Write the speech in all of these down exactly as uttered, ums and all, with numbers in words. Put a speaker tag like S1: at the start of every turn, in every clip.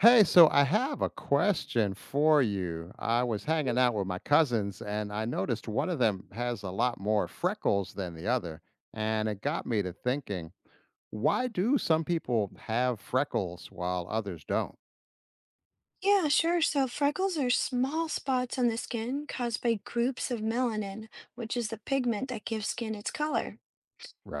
S1: Hey, so I have a question for you. I was hanging out with my cousins and I noticed one of them has a lot more freckles than the other. And it got me to thinking, why do some people have freckles while others don't?
S2: Yeah, sure. So freckles are small spots on the skin caused by groups of melanin, which is the pigment that gives skin its color.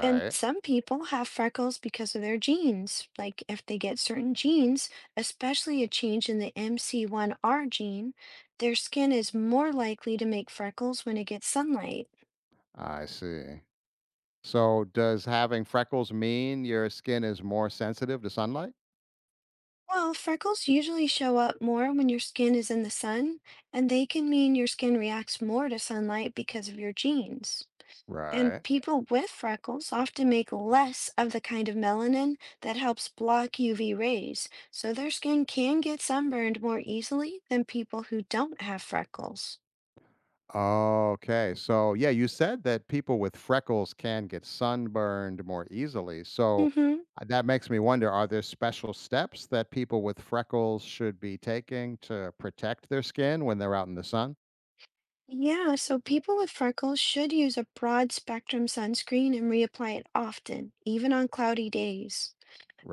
S2: And some people have freckles because of their genes. Like if they get certain genes, especially a change in the M C one R gene, their skin is more likely to make freckles when it gets sunlight.
S1: I see. So, does having freckles mean your skin is more sensitive to sunlight?
S2: Well, freckles usually show up more when your skin is in the sun, and they can mean your skin reacts more to sunlight because of your genes. And
S1: Right.
S2: people with freckles often make less of the kind of melanin that helps block U V rays, so their skin can get sunburned more easily than people who don't have freckles.
S1: Okay. So, yeah, you said that people with freckles can get sunburned more easily. So,
S2: Mm hmm
S1: uh, that makes me wonder, are there special steps that people with freckles should be taking to protect their skin when they're out in the sun?
S2: Yeah, so people with freckles should use a broad spectrum sunscreen and reapply it often, even on cloudy days.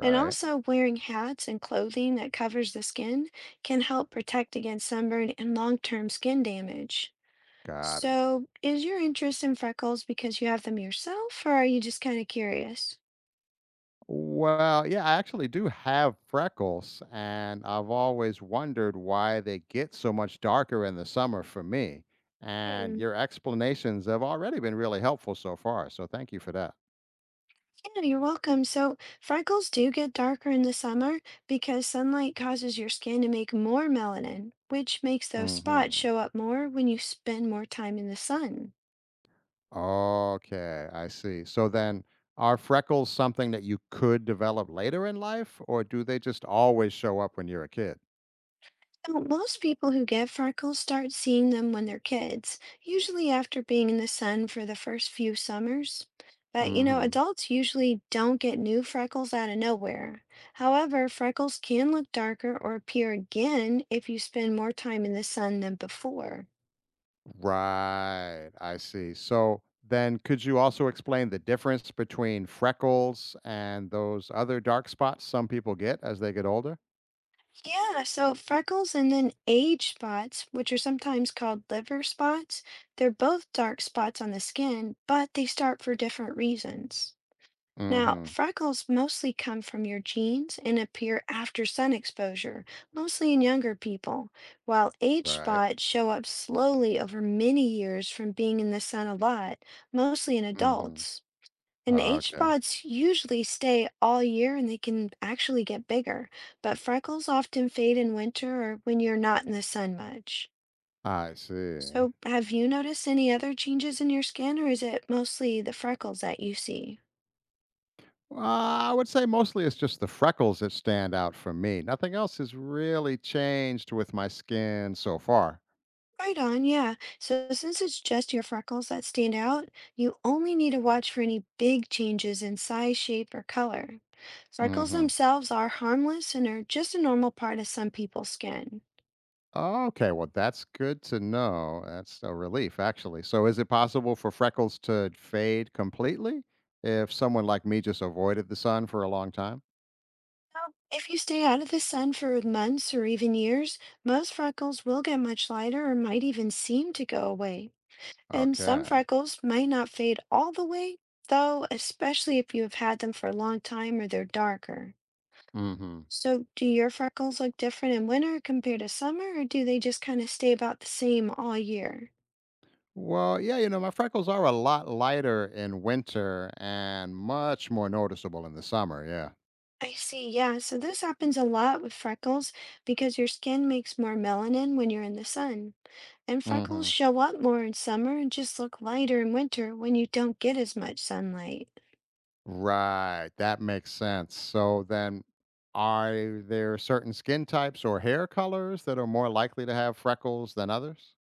S2: And also, wearing hats and clothing that covers the skin can help protect against sunburn and long-term skin damage.
S1: Got it.
S2: So, is your interest in freckles because you have them yourself, or are you just kind of curious?
S1: Well, yeah, I actually do have freckles, and I've always wondered why they get so much darker in the summer for me. And
S2: Hmm.
S1: your explanations have already been really helpful so far. So, thank you for that.
S2: Yeah, you're welcome. So, freckles do get darker in the summer because sunlight causes your skin to make more melanin, which makes those spots
S1: Hmm.
S2: show up more when you spend more time in the sun.
S1: Okay, I see. So then, are freckles something that you could develop later in life, or do they just always show up when you're a kid?
S2: Now, most people who get freckles start seeing them when they're kids, usually after being in the sun for the first few summers. But you know,
S1: Hmm.
S2: adults usually don't get new freckles out of nowhere. However, freckles can look darker or appear again if you spend more time in the sun than before.
S1: Right, I see. So then, could you also explain the difference between freckles and those other dark spots some people get as they get older?
S2: Yeah, so freckles and then age spots, which are sometimes called liver spots, they're both dark spots on the skin, but they start for different reasons. Now,
S1: Hmm.
S2: freckles mostly come from your genes and appear after sun exposure, mostly in younger people, while age
S1: Right.
S2: spots show up slowly over many years from being in the sun a lot, mostly in
S1: Hmm.
S2: adults. And age
S1: Okay,
S2: spots usually stay all year and they can actually get bigger, but freckles often fade in winter or when you're not in the sun much.
S1: I see.
S2: So, have you noticed any other changes in your skin, or is it mostly the freckles that you see?
S1: Uh, I would say mostly it's just the freckles that stand out for me. Nothing else has really changed with my skin so far.
S2: Right on, yeah. So since it's just your freckles that stand out, you only need to watch for any big changes in size, shape, or color. Freckles
S1: Hmm.
S2: themselves are harmless and are just a normal part of some people's skin.
S1: Okay, well, that's good to know. That's a relief, actually. So, is it possible for freckles to fade completely if someone like me just avoided the sun for a long time?
S2: Now, if you stay out of the sun for months or even years, most freckles will get much lighter or might even seem to go away. And some
S1: Okay.
S2: freckles might not fade all the way, though, especially if you have had them for a long time or they're darker.
S1: Hmm.
S2: So do your freckles look different in winter compared to summer, or do they just kind of stay about the same all year?
S1: Well, yeah, you know, my freckles are a lot lighter in winter and much more noticeable in the summer. Yeah.
S2: I see, yeah. So this happens a lot with freckles because your skin makes more melanin when you're in the sun. And freckles
S1: Hmm.
S2: show up more in summer and just look lighter in winter when you don't get as much sunlight.
S1: Right, that makes sense. So then, are there certain skin types or hair colors that are more likely to have freckles than others?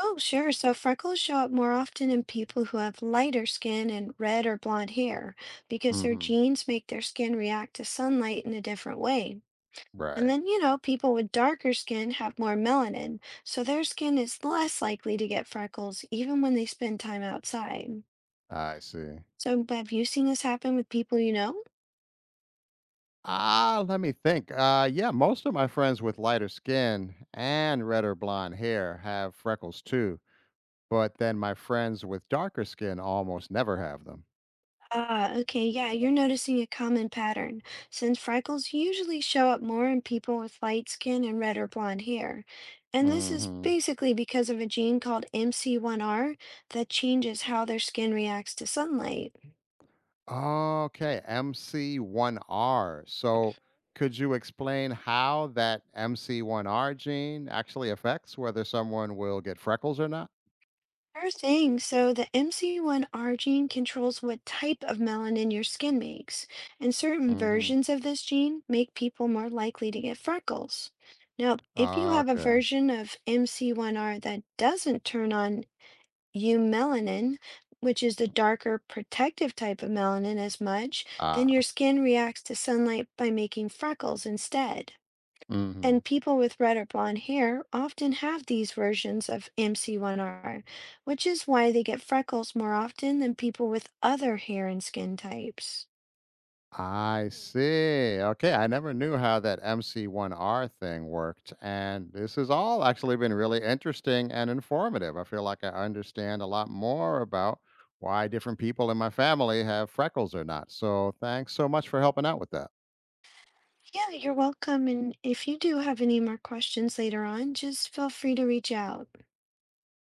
S2: Oh, sure. So freckles show up more often in people who have lighter skin and red or blonde hair because their
S1: Hmm.
S2: genes make their skin react to sunlight in a different way. And
S1: Right,
S2: then, you know, people with darker skin have more melanin, so their skin is less likely to get freckles even when they spend time outside.
S1: I see.
S2: So, have you seen this happen with people you know?
S1: Ah, let me think. Uh, yeah, most of my friends with lighter skin and red or blonde hair have freckles too, but then my friends with darker skin almost never have them.
S2: Ah, okay, yeah, you're noticing a common pattern, since freckles usually show up more in people with light skin and red or blonde hair. And this is
S1: Hmm.
S2: basically because of a gene called M C one R that changes how their skin reacts to sunlight.
S1: Okay, M C one R. So, could you explain how that M C one R gene actually affects whether someone will get freckles or not?
S2: Sure thing. So the M C one R gene controls what type of melanin your skin makes, and certain
S1: Hmm.
S2: versions of this gene make people more likely to get freckles. Now, if you have a
S1: Okay.
S2: version of M C one R that doesn't turn on U melanin, which is the darker protective type of melanin as much, then
S1: Ah.
S2: your skin reacts to sunlight by making freckles instead.
S1: Hmm.
S2: And people with red or blonde hair often have these versions of M C one R, which is why they get freckles more often than people with other hair and skin types.
S1: I see. Okay, I never knew how that M C one R thing worked, and this has all actually been really interesting and informative. I feel like I understand a lot more about why different people in my family have freckles or not. So, thanks so much for helping out with that.
S2: Yeah, you're welcome. And if you do have any more questions later on, just feel free to reach out.